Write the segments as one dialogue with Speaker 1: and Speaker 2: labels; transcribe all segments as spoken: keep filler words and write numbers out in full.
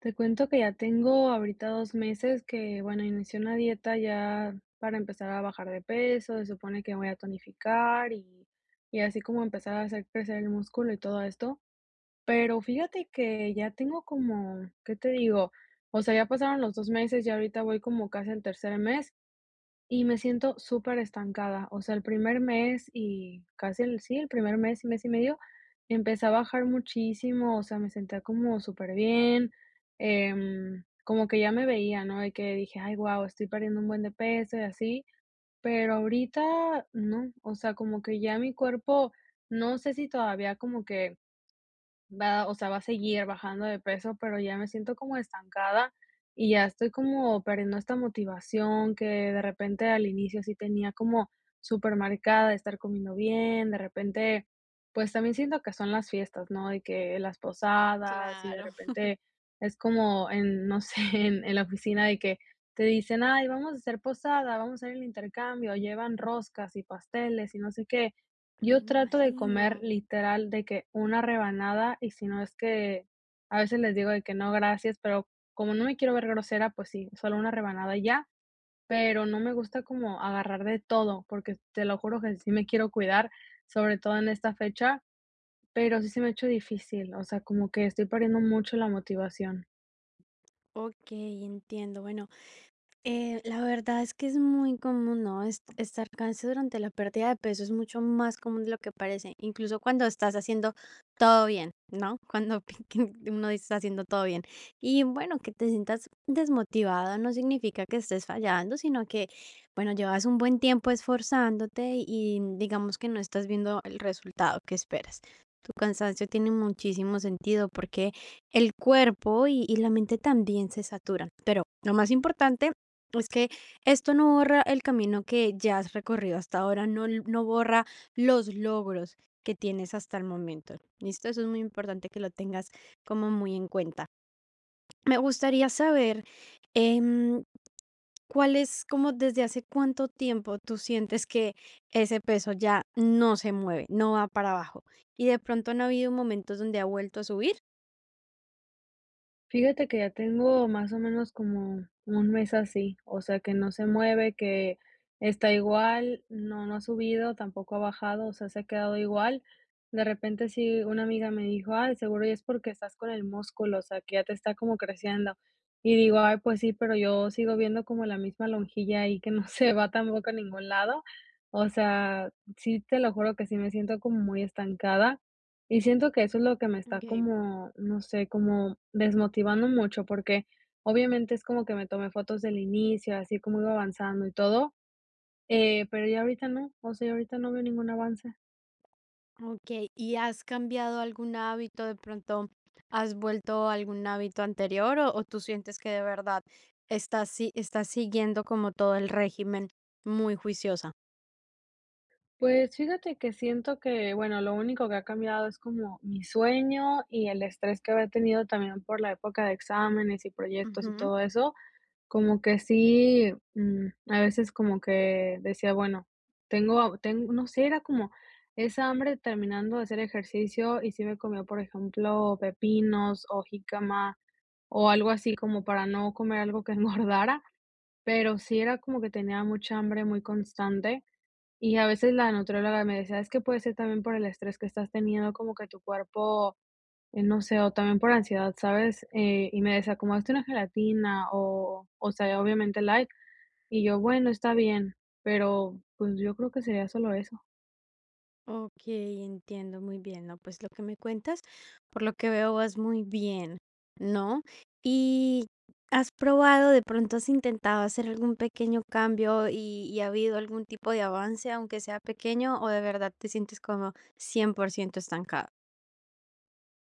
Speaker 1: Te cuento que ya tengo ahorita dos meses que, bueno, inicié una dieta ya para empezar a bajar de peso, se supone que voy a tonificar y y así como empezar a hacer crecer el músculo y todo esto, pero fíjate que ya tengo como, ¿qué te digo? O sea, ya pasaron los dos meses, y ahorita voy como casi al tercer mes y me siento súper estancada. O sea, el primer mes y casi el sí, el primer mes, y mes y medio, empecé a bajar muchísimo, o sea, me sentía como superbién, em, como que ya me veía, ¿no? Y que dije, ay, guau, estoy perdiendo un buen de peso y así, pero ahorita no, o sea, como que ya mi cuerpo, no sé si todavía como que va, o sea, va a seguir bajando de peso, pero ya me siento como estancada y ya estoy como perdiendo esta motivación que de repente al inicio sí tenía como súper marcada de estar comiendo bien, de repente, pues también siento que son las fiestas, ¿no? De que las posadas y de
Speaker 2: Claro,
Speaker 1: repente es como en, no sé, en, en la oficina de que te dicen, ay, vamos a hacer posada, vamos a hacer el intercambio, llevan roscas y pasteles y no sé qué.
Speaker 2: me
Speaker 1: Yo trato de
Speaker 2: imagino.
Speaker 1: comer literal de que una rebanada y si no es que a veces les digo de que no, gracias, pero como no me quiero ver grosera, pues sí, solo una rebanada y ya, pero no me gusta como agarrar de todo, porque te lo juro que sí me quiero cuidar, sobre todo en esta fecha, pero sí se me ha hecho difícil, o sea, como que estoy perdiendo mucho la motivación.
Speaker 2: Ok, entiendo. Bueno, Eh, la verdad es que es muy común, ¿no? Est- Estar cansado durante la pérdida de peso es mucho más común de lo que parece, incluso cuando estás haciendo todo bien, ¿no? Cuando pi- que uno está haciendo todo bien. Y bueno, que te sientas desmotivado no significa que estés fallando, sino que, bueno, llevas un buen tiempo esforzándote y digamos que no estás viendo el resultado que esperas. Tu cansancio tiene muchísimo sentido porque el cuerpo y, y la mente también se saturan. Pero lo más importante es que esto no borra el camino que ya has recorrido hasta ahora, no, l- no borra los logros que tienes hasta el momento. ¿Listo? Eso es muy importante que lo tengas como muy en cuenta. Me gustaría saber em, cuál es, como desde hace cuánto tiempo tú sientes que ese peso ya no se mueve, no va para abajo y de pronto no ha habido momentos donde ha vuelto a subir.
Speaker 1: Fíjate que ya tengo más o menos como un mes así, o sea, que no se mueve, que está igual, no, no ha subido, tampoco ha bajado, o sea, se ha quedado igual. De repente sí, una amiga me dijo, ay, seguro y es porque estás con el músculo, o sea, que ya te está como creciendo. Y digo, ay, pues sí, pero yo sigo viendo como la misma lonjilla ahí que no se va tampoco a ningún lado. O sea, sí, te lo juro que sí me siento como muy estancada. Y siento que eso es lo que me está
Speaker 2: Ok.
Speaker 1: como, no sé, como desmotivando mucho, porque obviamente es como que me tomé fotos del inicio, así como iba avanzando y todo, eh, pero ya ahorita no, o sea, ya ahorita no veo ningún avance.
Speaker 2: Okey, ¿y has cambiado algún hábito? De pronto, ¿has vuelto a algún hábito anterior o o tú sientes que de verdad estás si estás siguiendo como todo el régimen muy juiciosa?
Speaker 1: Pues fíjate que siento que, bueno, lo único que ha cambiado es como mi sueño y el estrés que había tenido también por la época de exámenes y proyectos y
Speaker 2: Ujú.
Speaker 1: todo eso. Como que sí, mm, a veces como que decía, bueno, tengo tengo, no sé, era como esa hambre terminando de hacer ejercicio y sí me comía, por ejemplo, pepinos o jícama o algo así como para no comer algo que engordara, pero sí era como que tenía mucha hambre muy constante y a veces la nutrióloga me decía, es que puede ser también por el estrés que estás teniendo, como que tu cuerpo, eh, no sé, o también por ansiedad, ¿sabes? Eh, y me decía, como hazte una gelatina o, o sea, obviamente light y yo, bueno, está bien, pero, pues, yo creo que sería solo eso.
Speaker 2: Okey, entiendo muy bien. No, pues, lo que me cuentas, por lo que veo, vas muy bien, ¿no? ¿Y has probado, de pronto has intentado hacer algún pequeño cambio y y ha habido algún tipo de avance, aunque sea pequeño, o de verdad te sientes como cien por ciento estancada?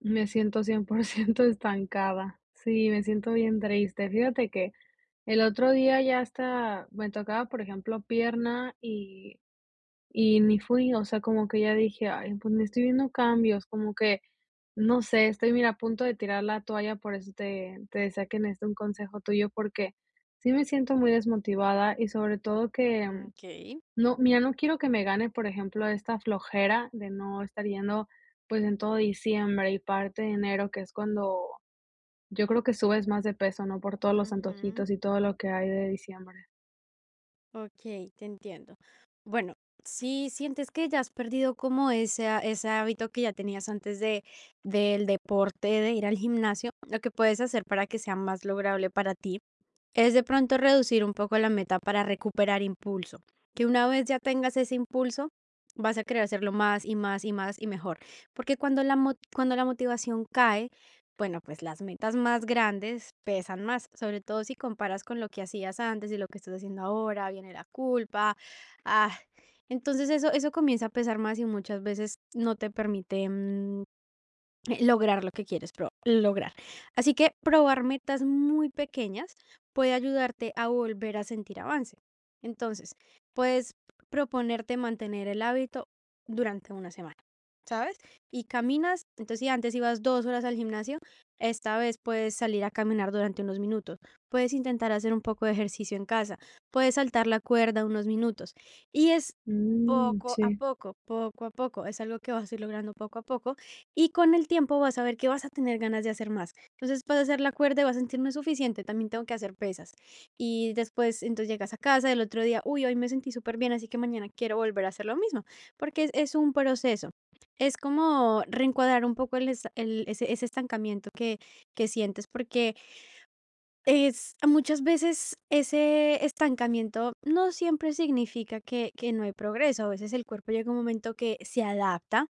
Speaker 1: Me siento cien por ciento estancada. Sí, me siento bien triste. Fíjate que el otro día ya hasta me tocaba, por ejemplo, pierna y y ni fui, o sea, como que ya dije: "Ay, pues, no estoy viendo cambios", como que, no sé, estoy, mira, a punto de tirar la toalla, por eso te te decía que necesito un consejo tuyo, porque sí me siento muy desmotivada y sobre todo que.
Speaker 2: Okey.
Speaker 1: No, mira, no quiero que me gane, por ejemplo, esta flojera de no estar yendo, pues, en todo diciembre y parte de enero, que es cuando yo creo que subes más de peso, ¿no? Por todos los
Speaker 2: Ujú.
Speaker 1: antojitos y todo lo que hay de diciembre.
Speaker 2: Okey, te entiendo. Bueno, si sientes que ya has perdido como esa ese hábito que ya tenías antes de del deporte, de ir al gimnasio, lo que puedes hacer para que sea más lograble para ti, es de pronto reducir un poco la meta para recuperar impulso, que una vez ya tengas ese impulso, vas a querer hacerlo más, y más, y más, y mejor, porque cuando la mo cuando la motivación cae. Bueno, pues las metas más grandes pesan más, sobre todo si comparas con lo que hacías antes y lo que estás haciendo ahora, viene la culpa. Ah, entonces eso, eso comienza a pesar más y muchas veces no te permite mm, eh, lograr lo que quieres pro lograr. Así que probar metas muy pequeñas puede ayudarte a volver a sentir avance. Entonces, puedes proponerte mantener el hábito durante una semana, ¿sabes? Y caminas, entonces si antes ibas dos horas al gimnasio, esta vez puedes salir a caminar durante unos minutos, puedes intentar hacer un poco de ejercicio en casa, puedes saltar la cuerda unos minutos. Y es
Speaker 1: Mm,
Speaker 2: poco a
Speaker 1: sí.
Speaker 2: poco, poco a poco, es algo que vas a ir logrando poco a poco y con el tiempo vas a ver que vas a tener ganas de hacer más. Entonces vas a hacer la cuerda y vas a sentirme suficiente, también tengo que hacer pesas. Y después, entonces llegas a casa el otro día, uy, hoy me sentí súper bien, así que mañana quiero volver a hacer lo mismo, porque es, es un proceso. Es como reencuadrar un poco el, esta- el- ese, ese estancamiento que, que sientes, porque es muchas veces ese estancamiento no siempre significa que, que no hay progreso. A veces el cuerpo llega un momento que se adapta,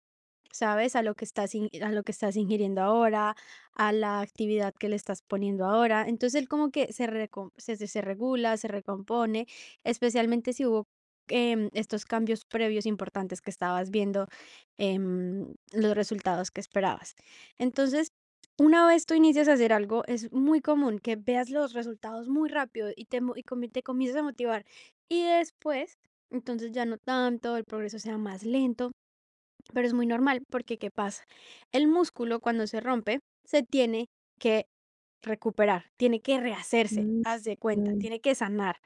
Speaker 2: ¿sabes? A lo que estás, in- a lo que estás ingiriendo ahora, a la actividad que le estás poniendo ahora. Entonces él como que se, recom- se, se se regula, se recompone, especialmente si hubo em, estos cambios previos importantes que estabas viendo, em, los resultados que esperabas. Entonces, una vez tú inicias a hacer algo, es muy común que veas los resultados muy rápido y te, mo- y comi- te comiences a motivar. Y después, entonces ya no tanto, el progreso sea más lento, pero es muy normal porque ¿qué pasa? El músculo cuando se rompe, se tiene que recuperar, tiene que rehacerse,
Speaker 1: Mm,
Speaker 2: haz de cuenta,
Speaker 1: mm,
Speaker 2: tiene que sanar.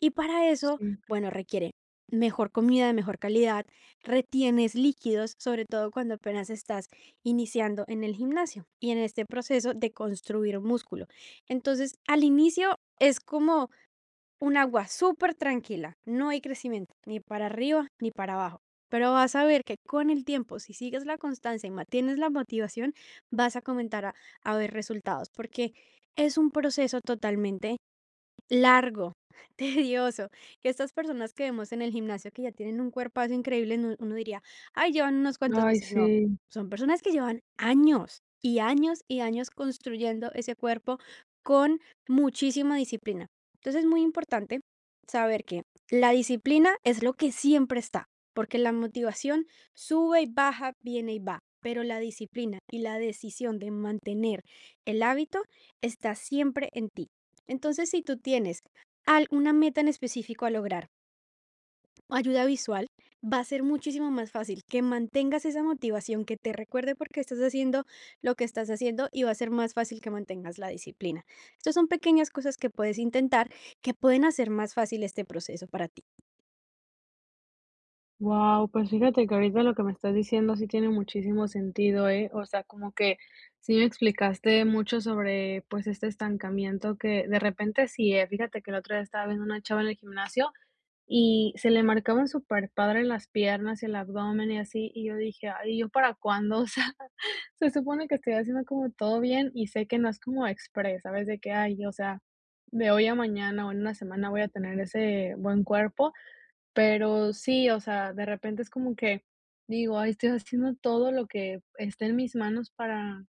Speaker 2: Y para eso,
Speaker 1: sí.
Speaker 2: bueno, requiere mejor comida de mejor calidad, retienes líquidos, sobre todo cuando apenas estás iniciando en el gimnasio y en este proceso de construir músculo. Entonces, al inicio es como un agua súper tranquila, no hay crecimiento, ni para arriba ni para abajo. Pero vas a ver que con el tiempo, si sigues la constancia y mantienes la motivación, vas a comentar a, a ver resultados, porque es un proceso totalmente largo, tedioso, que estas personas que vemos en el gimnasio que ya tienen un cuerpazo increíble, no uno diría: "Ay, llevan unos cuantos
Speaker 1: Ay,
Speaker 2: meses", no,
Speaker 1: sí.
Speaker 2: son personas que llevan años, y años, y años construyendo ese cuerpo con muchísima disciplina. Entonces, es muy importante saber que la disciplina es lo que siempre está, porque la motivación sube y baja, viene y va, pero la disciplina y la decisión de mantener el hábito está siempre en ti. Entonces, si tú tienes alguna meta en específico a lograr, ayuda visual, va a ser muchísimo más fácil que mantengas esa motivación, que te recuerde por qué estás haciendo lo que estás haciendo y va a ser más fácil que mantengas la disciplina. Estas son pequeñas cosas que puedes intentar que pueden hacer más fácil este proceso para ti.
Speaker 1: Wow, pues fíjate que ahorita lo que me estás diciendo sí tiene muchísimo sentido, ¿eh? O sea, como que sí me explicaste mucho sobre, pues, este estancamiento que de repente sí, ¿eh? Fíjate que el otro día estaba viendo una chava en el gimnasio. Y se le marcaban súper padre las piernas y el abdomen y así, y yo dije: "Ay, ¿yo para cuándo?". O sea, se supone que estoy haciendo como todo bien y sé que no es como express, ¿sabes? De que, ay, o sea, de hoy a mañana o en una semana voy a tener ese buen cuerpo, pero sí, o sea, de repente es como que digo: "Ay, estoy haciendo todo lo que esté en mis manos para,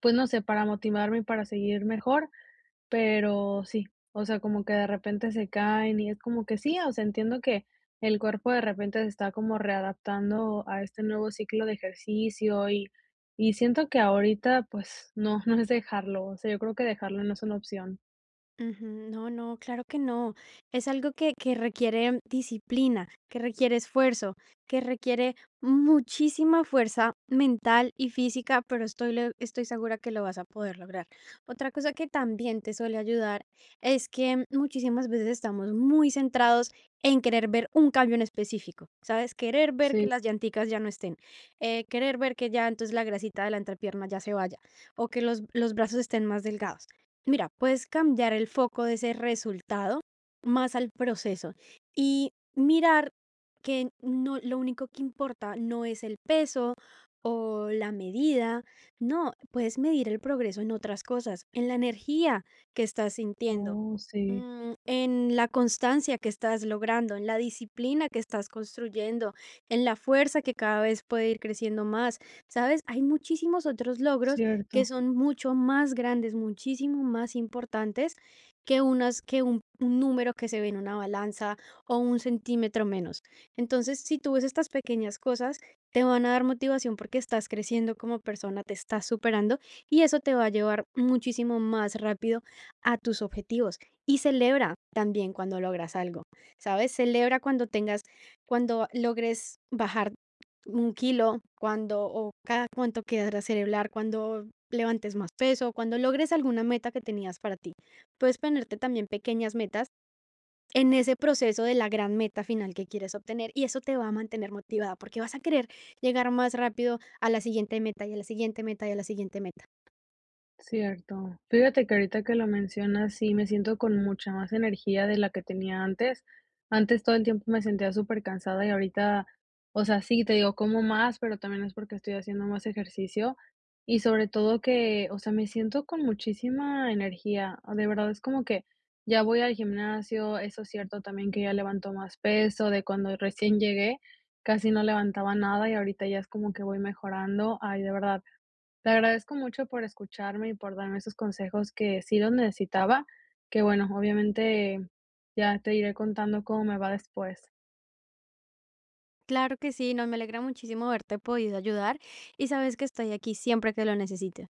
Speaker 1: pues, no sé, para motivarme y para seguir mejor". Pero sí, o sea, como que de repente se caen y es como que sí, o sea, entiendo que el cuerpo de repente se está como readaptando a este nuevo ciclo de ejercicio y y siento que ahorita, pues, no, no es dejarlo, o sea, yo creo que dejarlo no es una opción.
Speaker 2: Ujú. No, no, claro que no. Es algo que, que requiere disciplina, que requiere esfuerzo, que requiere muchísima fuerza mental y física, pero estoy, le- estoy segura que lo vas a poder lograr. Otra cosa que también te suele ayudar es que muchísimas veces estamos muy centrados en querer ver un cambio en específico, ¿sabes? Querer ver que
Speaker 1: Sí.
Speaker 2: las llanticas ya no estén, eh, querer ver que ya entonces la grasita de la entrepierna ya se vaya o que los, los brazos estén más delgados. Mira, puedes cambiar el foco de ese resultado más al proceso y mirar que no, lo único que importa no es el peso o la medida, no, puedes medir el progreso en otras cosas, en la energía que estás sintiendo,
Speaker 1: Oh, sí,
Speaker 2: mm, en la constancia que estás logrando, en la disciplina que estás construyendo, en la fuerza que cada vez puede ir creciendo más. Sabes, hay muchísimos otros logros que
Speaker 1: cierto.
Speaker 2: son mucho más grandes, muchísimo más importantes que unas que un, un número que se ve en una balanza o un centímetro menos. Entonces, si tú ves estas pequeñas cosas, te van a dar motivación porque estás creciendo como persona, te estás superando y eso te va a llevar muchísimo más rápido a tus objetivos. Y celebra también cuando logras algo, ¿sabes? Celebra cuando tengas, cuando logres bajar un kilo, cuando o cada cuánto quieras celebrar, cuando levantes más peso, cuando logres alguna meta que tenías para ti. Puedes ponerte también pequeñas metas en ese proceso de la gran meta final que quieres obtener y eso te va a mantener motivada porque vas a querer llegar más rápido a la siguiente meta y a la siguiente meta y a la siguiente meta.
Speaker 1: Cierto. Fíjate que ahorita que lo mencionas, sí, me siento con mucha más energía de la que tenía antes. Antes todo el tiempo me sentía súper cansada y ahorita, o sea, sí, te digo, como más, pero también es porque estoy haciendo más ejercicio y sobre todo que, o sea, me siento con muchísima energía. De verdad, es como que ya voy al gimnasio, eso es cierto también que ya levanto más peso de cuando recién llegué, casi no levantaba nada y ahorita ya es como que voy mejorando. Ay, de verdad. Te agradezco mucho por escucharme y por darme esos consejos que sí los necesitaba, que bueno, obviamente ya te iré contando cómo me va después.
Speaker 2: Claro que sí, no, me alegra muchísimo haberte podido ayudar y sabes que estoy aquí siempre que lo necesites.